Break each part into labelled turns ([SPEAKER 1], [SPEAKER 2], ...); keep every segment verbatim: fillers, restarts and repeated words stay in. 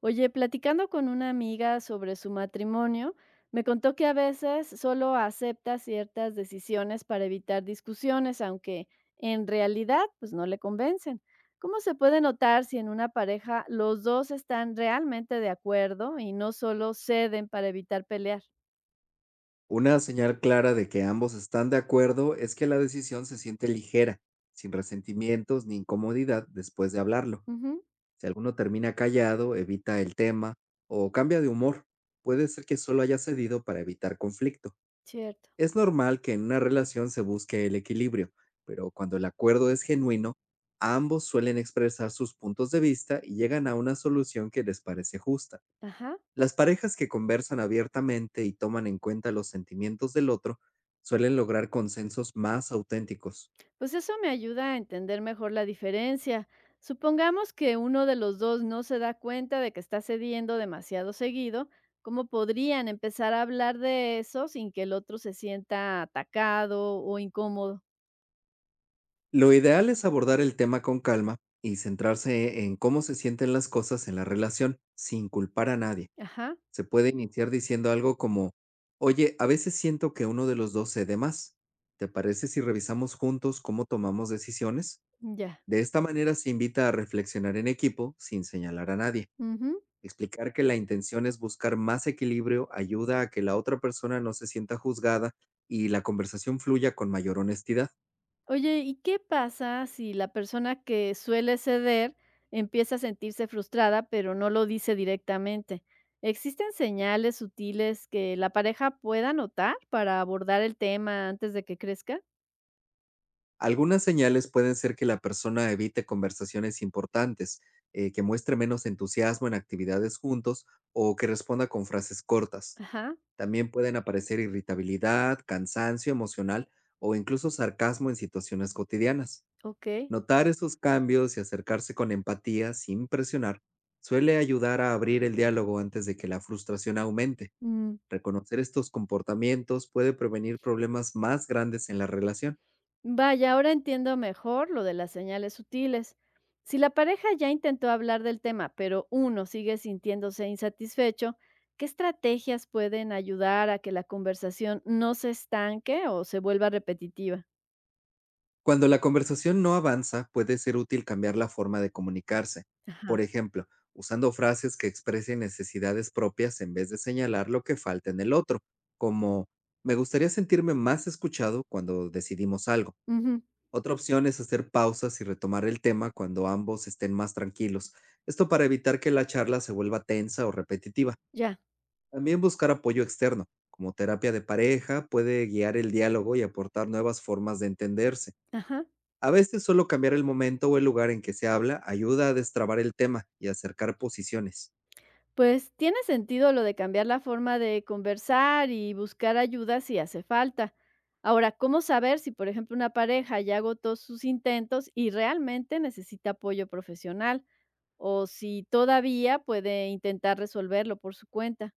[SPEAKER 1] Oye, platicando con una amiga sobre su matrimonio, me contó que a veces solo acepta ciertas decisiones para evitar discusiones, aunque en realidad pues no le convencen. ¿Cómo se puede notar si en una pareja los dos están realmente de acuerdo y no solo ceden para evitar pelear?
[SPEAKER 2] Una señal clara de que ambos están de acuerdo es que la decisión se siente ligera, sin resentimientos ni incomodidad después de hablarlo.
[SPEAKER 1] Ujú,
[SPEAKER 2] Si alguno termina callado, evita el tema o cambia de humor, puede ser que solo haya cedido para evitar conflicto.
[SPEAKER 1] cierto.
[SPEAKER 2] Es normal que en una relación se busque el equilibrio, pero cuando el acuerdo es genuino, ambos suelen expresar sus puntos de vista y llegan a una solución que les parece justa.
[SPEAKER 1] Ajá.
[SPEAKER 2] Las parejas que conversan abiertamente y toman en cuenta los sentimientos del otro suelen lograr consensos más auténticos.
[SPEAKER 1] Pues eso me ayuda a entender mejor la diferencia. Supongamos que uno de los dos no se da cuenta de que está cediendo demasiado seguido, ¿cómo podrían empezar a hablar de eso sin que el otro se sienta atacado o incómodo?
[SPEAKER 2] Lo ideal es abordar el tema con calma y centrarse en cómo se sienten las cosas en la relación, sin culpar a nadie.
[SPEAKER 1] Ajá,
[SPEAKER 2] Se puede iniciar diciendo algo como, oye, a veces siento que uno de los dos cede más. ¿Te parece si revisamos juntos cómo tomamos decisiones?
[SPEAKER 1] ya.
[SPEAKER 2] De esta manera se invita a reflexionar en equipo sin señalar a nadie.
[SPEAKER 1] Ujú.
[SPEAKER 2] Explicar que la intención es buscar más equilibrio ayuda a que la otra persona no se sienta juzgada y la conversación fluya con mayor honestidad.
[SPEAKER 1] Oye, ¿y qué pasa si la persona que suele ceder empieza a sentirse frustrada, pero no lo dice directamente? ¿Existen señales sutiles que la pareja pueda notar para abordar el tema antes de que crezca?
[SPEAKER 2] Algunas señales pueden ser que la persona evite conversaciones importantes, eh, que muestre menos entusiasmo en actividades juntos o que responda con frases cortas.
[SPEAKER 1] Ajá,
[SPEAKER 2] También pueden aparecer irritabilidad, cansancio emocional o incluso sarcasmo en situaciones cotidianas.
[SPEAKER 1] ok.
[SPEAKER 2] Notar esos cambios y acercarse con empatía sin presionar suele ayudar a abrir el diálogo antes de que la frustración aumente.
[SPEAKER 1] Mm.
[SPEAKER 2] Reconocer estos comportamientos puede prevenir problemas más grandes en la relación.
[SPEAKER 1] Vaya, ahora entiendo mejor lo de las señales sutiles. Si la pareja ya intentó hablar del tema, pero uno sigue sintiéndose insatisfecho, ¿qué estrategias pueden ayudar a que la conversación no se estanque o se vuelva repetitiva?
[SPEAKER 2] Cuando la conversación no avanza, puede ser útil cambiar la forma de comunicarse. Por
[SPEAKER 1] Ajá.
[SPEAKER 2] ejemplo, usando frases que expresen necesidades propias en vez de señalar lo que falta en el otro, como me gustaría sentirme más escuchado cuando decidimos algo.
[SPEAKER 1] Ujú,
[SPEAKER 2] Otra opción es hacer pausas y retomar el tema cuando ambos estén más tranquilos. Esto para evitar que la charla se vuelva tensa o repetitiva.
[SPEAKER 1] ya.
[SPEAKER 2] También buscar apoyo externo, como terapia de pareja, puede guiar el diálogo y aportar nuevas formas de entenderse.
[SPEAKER 1] Ajá.
[SPEAKER 2] A veces solo cambiar el momento o el lugar en que se habla ayuda a destrabar el tema y acercar posiciones.
[SPEAKER 1] Pues tiene sentido lo de cambiar la forma de conversar y buscar ayuda si hace falta. Ahora, ¿cómo saber si, por ejemplo, una pareja ya agotó sus intentos y realmente necesita apoyo profesional? O si todavía puede intentar resolverlo por su cuenta.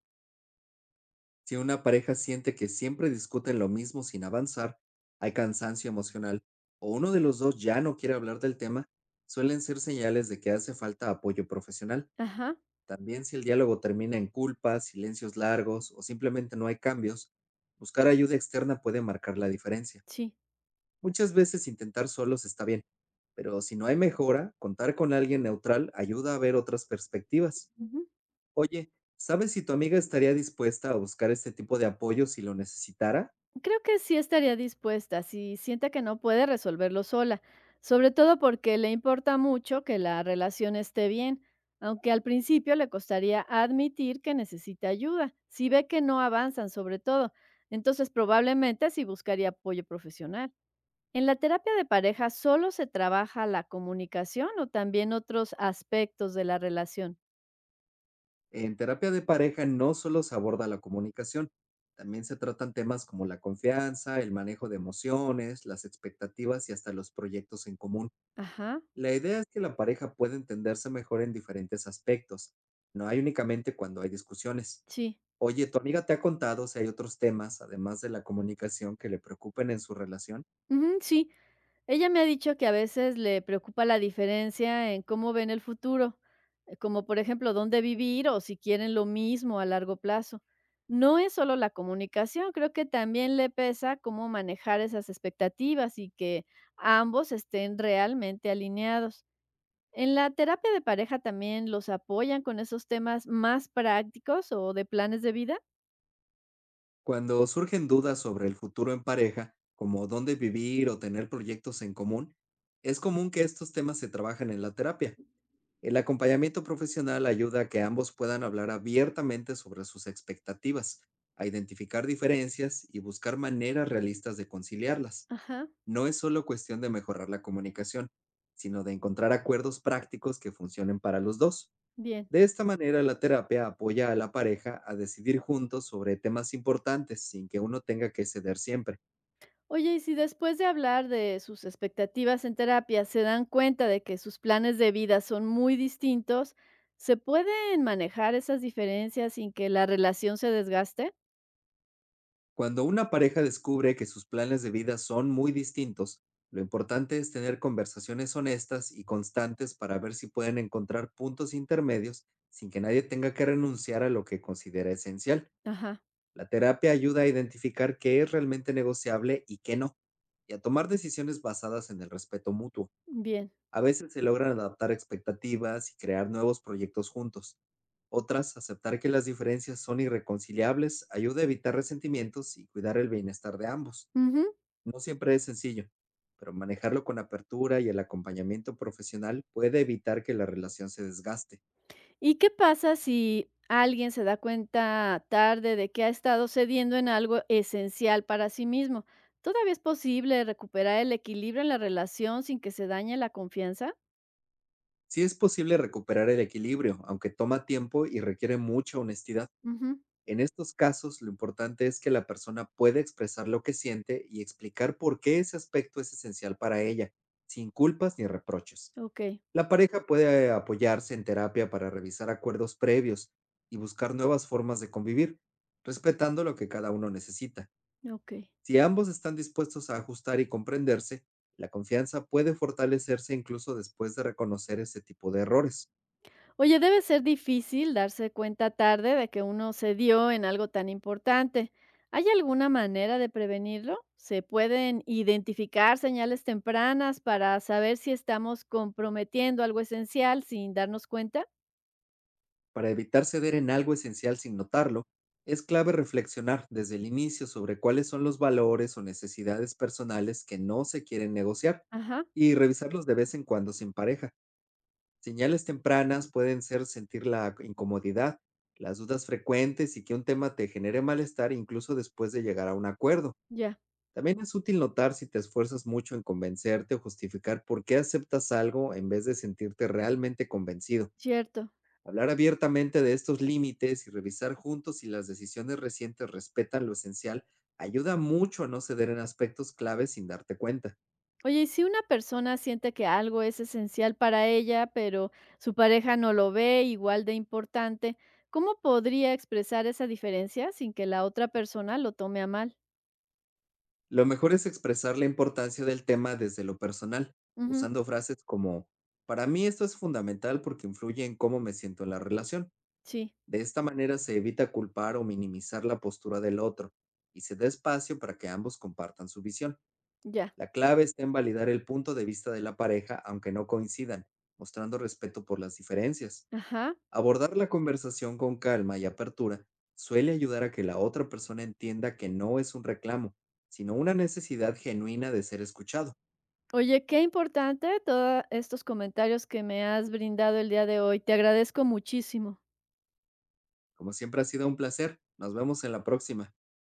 [SPEAKER 2] Si una pareja siente que siempre discuten lo mismo sin avanzar, hay cansancio emocional o uno de los dos ya no quiere hablar del tema, suelen ser señales de que hace falta apoyo profesional.
[SPEAKER 1] Ajá,
[SPEAKER 2] También si el diálogo termina en culpas, silencios largos o simplemente no hay cambios, buscar ayuda externa puede marcar la diferencia.
[SPEAKER 1] sí.
[SPEAKER 2] Muchas veces intentar solos está bien, pero si no hay mejora, contar con alguien neutral ayuda a ver otras perspectivas.
[SPEAKER 1] Ujú.
[SPEAKER 2] Oye, ¿sabes si tu amiga estaría dispuesta a buscar este tipo de apoyo si lo necesitara?
[SPEAKER 1] Creo que sí estaría dispuesta si siente que no puede resolverlo sola, sobre todo porque le importa mucho que la relación esté bien, aunque al principio le costaría admitir que necesita ayuda, si ve que no avanzan sobre todo, entonces probablemente sí buscaría apoyo profesional. ¿En la terapia de pareja solo se trabaja la comunicación o también otros aspectos de la relación?
[SPEAKER 2] En terapia de pareja no solo se aborda la comunicación, también se tratan temas como la confianza, el manejo de emociones, las expectativas y hasta los proyectos en común.
[SPEAKER 1] Ajá,
[SPEAKER 2] La idea es que la pareja pueda entenderse mejor en diferentes aspectos, no hay únicamente cuando hay discusiones.
[SPEAKER 1] sí.
[SPEAKER 2] Oye, ¿tu amiga te ha contado si hay otros temas, además de la comunicación, que le preocupen en su relación?
[SPEAKER 1] Ujú, sí, ella me ha dicho que a veces le preocupa la diferencia en cómo ven el futuro, eh, como por ejemplo dónde vivir o si quieren lo mismo a largo plazo. No es solo la comunicación, creo que también le pesa cómo manejar esas expectativas y que ambos estén realmente alineados. ¿En la terapia de pareja también los apoyan con esos temas más prácticos o de planes de vida?
[SPEAKER 2] Cuando surgen dudas sobre el futuro en pareja, como dónde vivir o tener proyectos en común, es común que estos temas se trabajen en la terapia. El acompañamiento profesional ayuda a que ambos puedan hablar abiertamente sobre sus expectativas, a identificar diferencias y buscar maneras realistas de conciliarlas.
[SPEAKER 1] Ajá,
[SPEAKER 2] No es solo cuestión de mejorar la comunicación, sino de encontrar acuerdos prácticos que funcionen para los dos.
[SPEAKER 1] bien.
[SPEAKER 2] De esta manera, la terapia apoya a la pareja a decidir juntos sobre temas importantes sin que uno tenga que ceder siempre.
[SPEAKER 1] Oye, y si después de hablar de sus expectativas en terapia se dan cuenta de que sus planes de vida son muy distintos, ¿se pueden manejar esas diferencias sin que la relación se desgaste?
[SPEAKER 2] Cuando una pareja descubre que sus planes de vida son muy distintos, lo importante es tener conversaciones honestas y constantes para ver si pueden encontrar puntos intermedios sin que nadie tenga que renunciar a lo que considera esencial.
[SPEAKER 1] Ajá,
[SPEAKER 2] La terapia ayuda a identificar qué es realmente negociable y qué no, y a tomar decisiones basadas en el respeto mutuo.
[SPEAKER 1] bien.
[SPEAKER 2] A veces se logran adaptar expectativas y crear nuevos proyectos juntos. Otras, aceptar que las diferencias son irreconciliables ayuda a evitar resentimientos y cuidar el bienestar de ambos.
[SPEAKER 1] Ujú.
[SPEAKER 2] No siempre es sencillo, pero manejarlo con apertura y el acompañamiento profesional puede evitar que la relación se desgaste.
[SPEAKER 1] ¿Y qué pasa si alguien se da cuenta tarde de que ha estado cediendo en algo esencial para sí mismo? ¿Todavía es posible recuperar el equilibrio en la relación sin que se dañe la confianza?
[SPEAKER 2] Sí es posible recuperar el equilibrio, aunque toma tiempo y requiere mucha honestidad.
[SPEAKER 1] Ujú,
[SPEAKER 2] En estos casos, lo importante es que la persona pueda expresar lo que siente y explicar por qué ese aspecto es esencial para ella, sin culpas ni reproches.
[SPEAKER 1] ok,
[SPEAKER 2] La pareja puede apoyarse en terapia para revisar acuerdos previos y buscar nuevas formas de convivir, respetando lo que cada uno necesita.
[SPEAKER 1] ok.
[SPEAKER 2] Si ambos están dispuestos a ajustar y comprenderse, la confianza puede fortalecerse incluso después de reconocer ese tipo de errores.
[SPEAKER 1] Oye, debe ser difícil darse cuenta tarde de que uno se dio en algo tan importante. ¿Hay alguna manera de prevenirlo? ¿Se pueden identificar señales tempranas para saber si estamos comprometiendo algo esencial sin darnos cuenta?
[SPEAKER 2] Para evitar ceder en algo esencial sin notarlo, es clave reflexionar desde el inicio sobre cuáles son los valores o necesidades personales que no se quieren negociar
[SPEAKER 1] Ajá,
[SPEAKER 2] y revisarlos de vez en cuando sin pareja. Señales tempranas pueden ser sentir la incomodidad, las dudas frecuentes y que un tema te genere malestar incluso después de llegar a un acuerdo.
[SPEAKER 1] ya,
[SPEAKER 2] También es útil notar si te esfuerzas mucho en convencerte o justificar por qué aceptas algo en vez de sentirte realmente convencido.
[SPEAKER 1] cierto.
[SPEAKER 2] Hablar abiertamente de estos límites y revisar juntos si las decisiones recientes respetan lo esencial ayuda mucho a no ceder en aspectos claves sin darte cuenta.
[SPEAKER 1] Oye, y si una persona siente que algo es esencial para ella, pero su pareja no lo ve igual de importante, ¿cómo podría expresar esa diferencia sin que la otra persona lo tome a mal?
[SPEAKER 2] Lo mejor es expresar la importancia del tema desde lo personal,
[SPEAKER 1] Ujú,
[SPEAKER 2] usando frases como, para mí esto es fundamental porque influye en cómo me siento en la relación.
[SPEAKER 1] sí.
[SPEAKER 2] De esta manera se evita culpar o minimizar la postura del otro y se da espacio para que ambos compartan su visión.
[SPEAKER 1] Ya,
[SPEAKER 2] La clave está en validar el punto de vista de la pareja, aunque no coincidan, mostrando respeto por las diferencias.
[SPEAKER 1] ajá.
[SPEAKER 2] Abordar la conversación con calma y apertura suele ayudar a que la otra persona entienda que no es un reclamo, sino una necesidad genuina de ser escuchado.
[SPEAKER 1] Oye, qué importante todos estos comentarios que me has brindado el día de hoy. Te agradezco muchísimo.
[SPEAKER 2] Como siempre ha sido un placer. Nos vemos en la próxima.